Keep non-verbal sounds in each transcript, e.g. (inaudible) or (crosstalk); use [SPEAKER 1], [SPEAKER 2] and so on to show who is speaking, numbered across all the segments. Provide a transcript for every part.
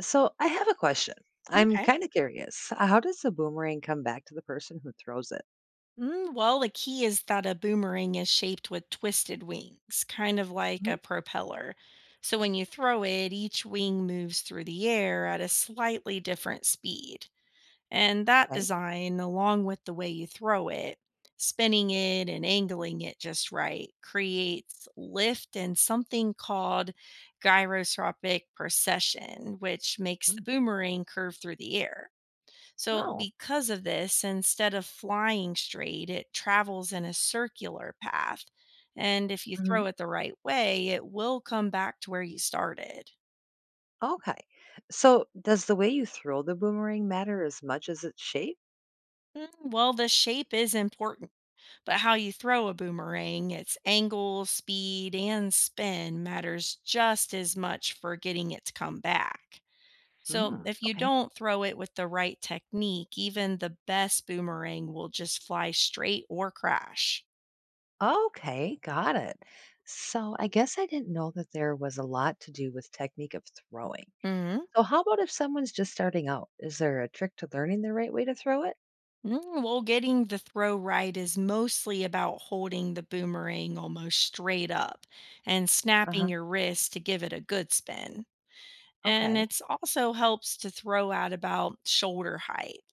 [SPEAKER 1] So I have a question. I'm
[SPEAKER 2] Okay.
[SPEAKER 1] kind of curious. How does the boomerang come back to the person who throws it?
[SPEAKER 2] Well, the key is that a boomerang is shaped with twisted wings, kind of like a
[SPEAKER 1] Mhm.
[SPEAKER 2] propeller. So when you throw it, each wing moves through the air at a slightly different speed. And that
[SPEAKER 1] Okay.
[SPEAKER 2] design, along with the way you throw it, spinning it and angling it just right, creates lift and something called gyroscopic precession, which makes the
[SPEAKER 1] Mm.
[SPEAKER 2] boomerang curve through the air. So,
[SPEAKER 1] Oh,
[SPEAKER 2] because of this, instead of flying straight, it travels in a circular path. And if you
[SPEAKER 1] hmm,
[SPEAKER 2] throw it the right way, it will come back to where you started.
[SPEAKER 1] okay. So does the way you throw the boomerang matter as much as its shape?
[SPEAKER 2] Well, the shape is important, but how you throw a boomerang, its angle, speed, and spin matters just as much for getting it to come back. So,
[SPEAKER 1] Mm.
[SPEAKER 2] if you
[SPEAKER 1] Okay.
[SPEAKER 2] don't throw it with the right technique, even the best boomerang will just fly straight or crash.
[SPEAKER 1] Okay, got it. So I guess I didn't know that there was a lot to do with technique of throwing.
[SPEAKER 2] Mhm.
[SPEAKER 1] So how about if someone's just starting out? Is there a trick to learning the right way to throw it?
[SPEAKER 2] Well, getting the throw right is mostly about holding the boomerang almost straight up and
[SPEAKER 1] Uh
[SPEAKER 2] snapping
[SPEAKER 1] huh.
[SPEAKER 2] your wrist to give it a good spin. And
[SPEAKER 1] Okay.
[SPEAKER 2] it's also helps to throw at about shoulder height.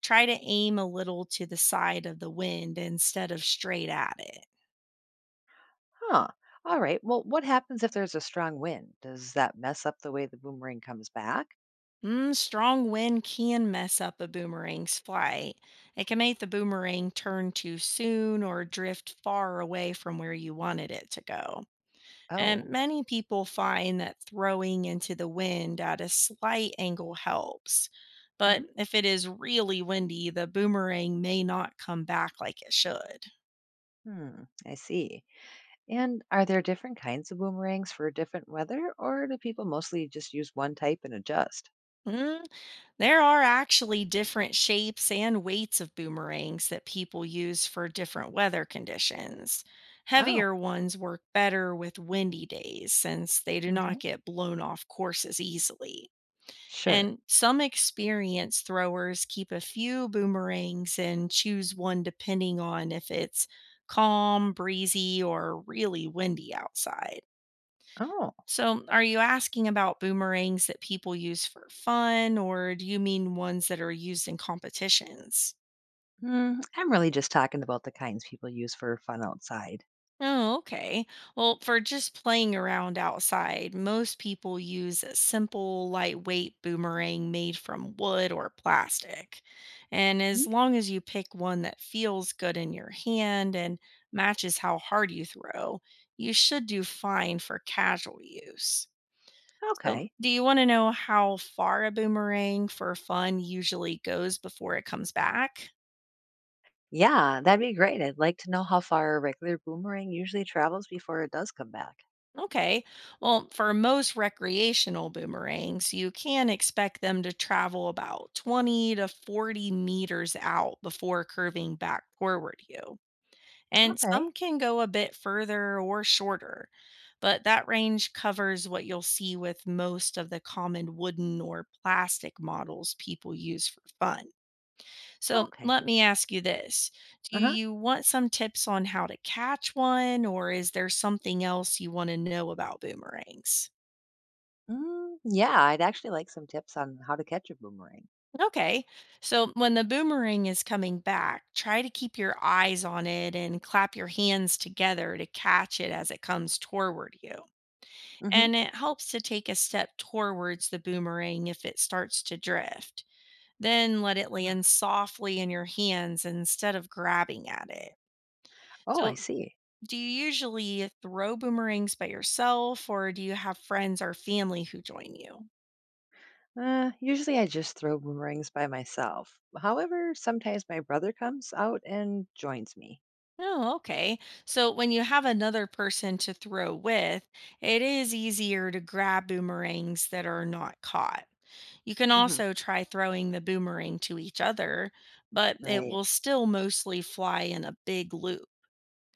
[SPEAKER 2] Try to aim a little to the side of the wind instead of straight at it.
[SPEAKER 1] Huh. All right. Well, what happens if there's a strong wind? Does that mess up the way the boomerang comes back?
[SPEAKER 2] Strong wind can mess up a boomerang's flight. It can make the boomerang turn too soon or drift far away from where you wanted it to go. And
[SPEAKER 1] Oh,
[SPEAKER 2] many people find that throwing into the wind at a slight angle helps. But
[SPEAKER 1] hmm,
[SPEAKER 2] if it is really windy, the boomerang may not come back like it should.
[SPEAKER 1] hmm. I see. And are there different kinds of boomerangs for different weather, or do people mostly just use one type and adjust?
[SPEAKER 2] Mm, There are actually different shapes and weights of boomerangs that people use for different weather conditions.
[SPEAKER 1] Oh,
[SPEAKER 2] Heavier ones work better with windy days since they do not
[SPEAKER 1] okay.
[SPEAKER 2] get blown off course as easily.
[SPEAKER 1] Sure.
[SPEAKER 2] And some experienced throwers keep a few boomerangs and choose one depending on if it's calm, breezy, or really windy outside.
[SPEAKER 1] Oh,
[SPEAKER 2] So, are you asking about boomerangs that people use for fun, or do you mean ones that are used in competitions?
[SPEAKER 1] hmm. I'm really just talking about the kinds people use for fun outside.
[SPEAKER 2] Oh, okay. Well, for just playing around outside, most people use a simple, lightweight boomerang made from wood or plastic. And
[SPEAKER 1] Mhm.
[SPEAKER 2] as long as you pick one that feels good in your hand and matches how hard you throw, you should do fine for casual use. So,
[SPEAKER 1] Okay.
[SPEAKER 2] do you want to know how far a boomerang for fun usually goes before it comes back?
[SPEAKER 1] Yeah, that'd be great. I'd like to know how far a regular boomerang usually travels before it does come back.
[SPEAKER 2] Okay. Well, for most recreational boomerangs, you can expect them to travel about 20 to 40 meters out before curving back toward you. And
[SPEAKER 1] Okay.
[SPEAKER 2] some can go a bit further or shorter, but that range covers what you'll see with most of the common wooden or plastic models people use for fun. So
[SPEAKER 1] Okay.
[SPEAKER 2] let me ask you this. Do
[SPEAKER 1] Uh huh.
[SPEAKER 2] you want some tips on how to catch one, or is there something else you want to know about boomerangs?
[SPEAKER 1] Mm, yeah, I'd actually like some tips on how to catch a boomerang.
[SPEAKER 2] Okay. So when the boomerang is coming back, try to keep your eyes on it and clap your hands together to catch it as it comes toward you.
[SPEAKER 1] Hmm.
[SPEAKER 2] And it helps to take a step towards the boomerang if it starts to drift. Then let it
[SPEAKER 1] Ah.
[SPEAKER 2] land softly in your hands instead of grabbing at it.
[SPEAKER 1] Oh, I
[SPEAKER 2] So
[SPEAKER 1] see.
[SPEAKER 2] do you usually throw boomerangs by yourself or do you have friends or family who join you?
[SPEAKER 1] Usually I just throw boomerangs by myself. However, sometimes my brother comes out and joins me.
[SPEAKER 2] Oh, okay. So when you have another person to throw with, it is easier to grab boomerangs that are not caught. You can
[SPEAKER 1] Hmm.
[SPEAKER 2] also try throwing the boomerang to each other, but it
[SPEAKER 1] Right.
[SPEAKER 2] will still mostly fly in a big loop.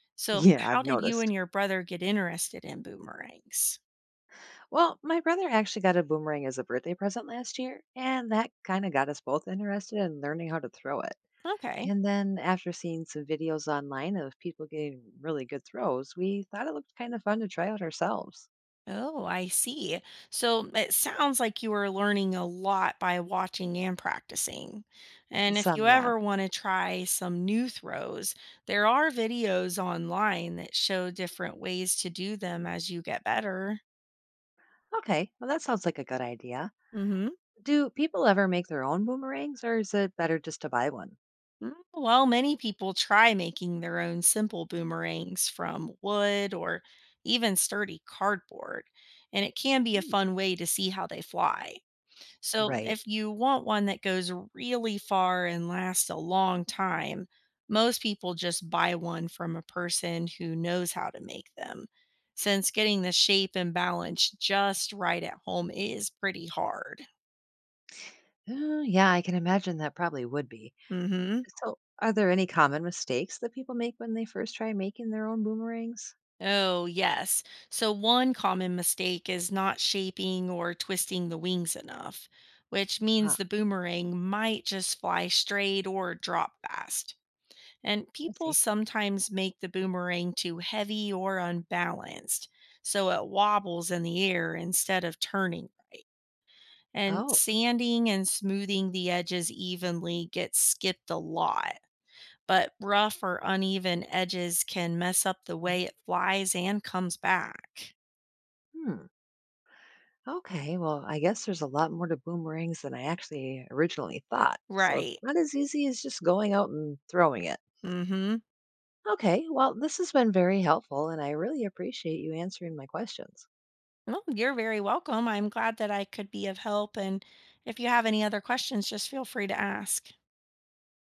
[SPEAKER 1] (laughs)
[SPEAKER 2] So,
[SPEAKER 1] Yeah,
[SPEAKER 2] how
[SPEAKER 1] I've
[SPEAKER 2] did you
[SPEAKER 1] noticed.
[SPEAKER 2] and your brother get interested in boomerangs?
[SPEAKER 1] Well, my brother actually got a boomerang as a birthday present last year, and that kind of got us both interested in learning how to throw it.
[SPEAKER 2] Okay.
[SPEAKER 1] And then after seeing some videos online of people getting really good throws, we thought it looked kind of fun to try out ourselves.
[SPEAKER 2] Oh, I see. So it sounds like you are learning a lot by watching and practicing. And if you
[SPEAKER 1] Some, yeah.
[SPEAKER 2] ever want to try some new throws, there are videos online that show different ways to do them as you get better.
[SPEAKER 1] Okay, well, that sounds like a good idea.
[SPEAKER 2] Mhm.
[SPEAKER 1] Do people ever make their own boomerangs or is it better just to buy one?
[SPEAKER 2] Well, many people try making their own simple boomerangs from wood or even sturdy cardboard, and it can be a
[SPEAKER 1] Hmm.
[SPEAKER 2] fun way to see how they fly. So,
[SPEAKER 1] Right.
[SPEAKER 2] if you want one that goes really far and lasts a long time, most people just buy one from a person who knows how to make them, since getting the shape and balance just right at home is pretty hard.
[SPEAKER 1] Yeah, I can imagine that probably would be.
[SPEAKER 2] Hmm.
[SPEAKER 1] So, are there any common mistakes that people make when they first try making their own boomerangs?
[SPEAKER 2] Oh, yes. So, one common mistake is not shaping or twisting the wings enough, which
[SPEAKER 1] Ah,
[SPEAKER 2] means the boomerang might just fly straight or drop fast. And
[SPEAKER 1] I
[SPEAKER 2] people
[SPEAKER 1] see.
[SPEAKER 2] sometimes make the boomerang too heavy or unbalanced, so it wobbles in the air instead of turning. And
[SPEAKER 1] Oh,
[SPEAKER 2] sanding and smoothing the edges evenly gets skipped a lot, but rough or uneven edges can mess up the
[SPEAKER 1] mhm.
[SPEAKER 2] way it flies and comes back.
[SPEAKER 1] Hmm. Okay, well, I guess there's a lot more to boomerangs than I actually originally thought. So, it's
[SPEAKER 2] Right.
[SPEAKER 1] not as easy as just going out and throwing it.
[SPEAKER 2] Mm-hmm.
[SPEAKER 1] Okay, well, this has been very helpful, and I really appreciate you answering my questions.
[SPEAKER 2] Well, you're very welcome. I'm glad that I could be of help. And if you have any other questions, just feel free to ask.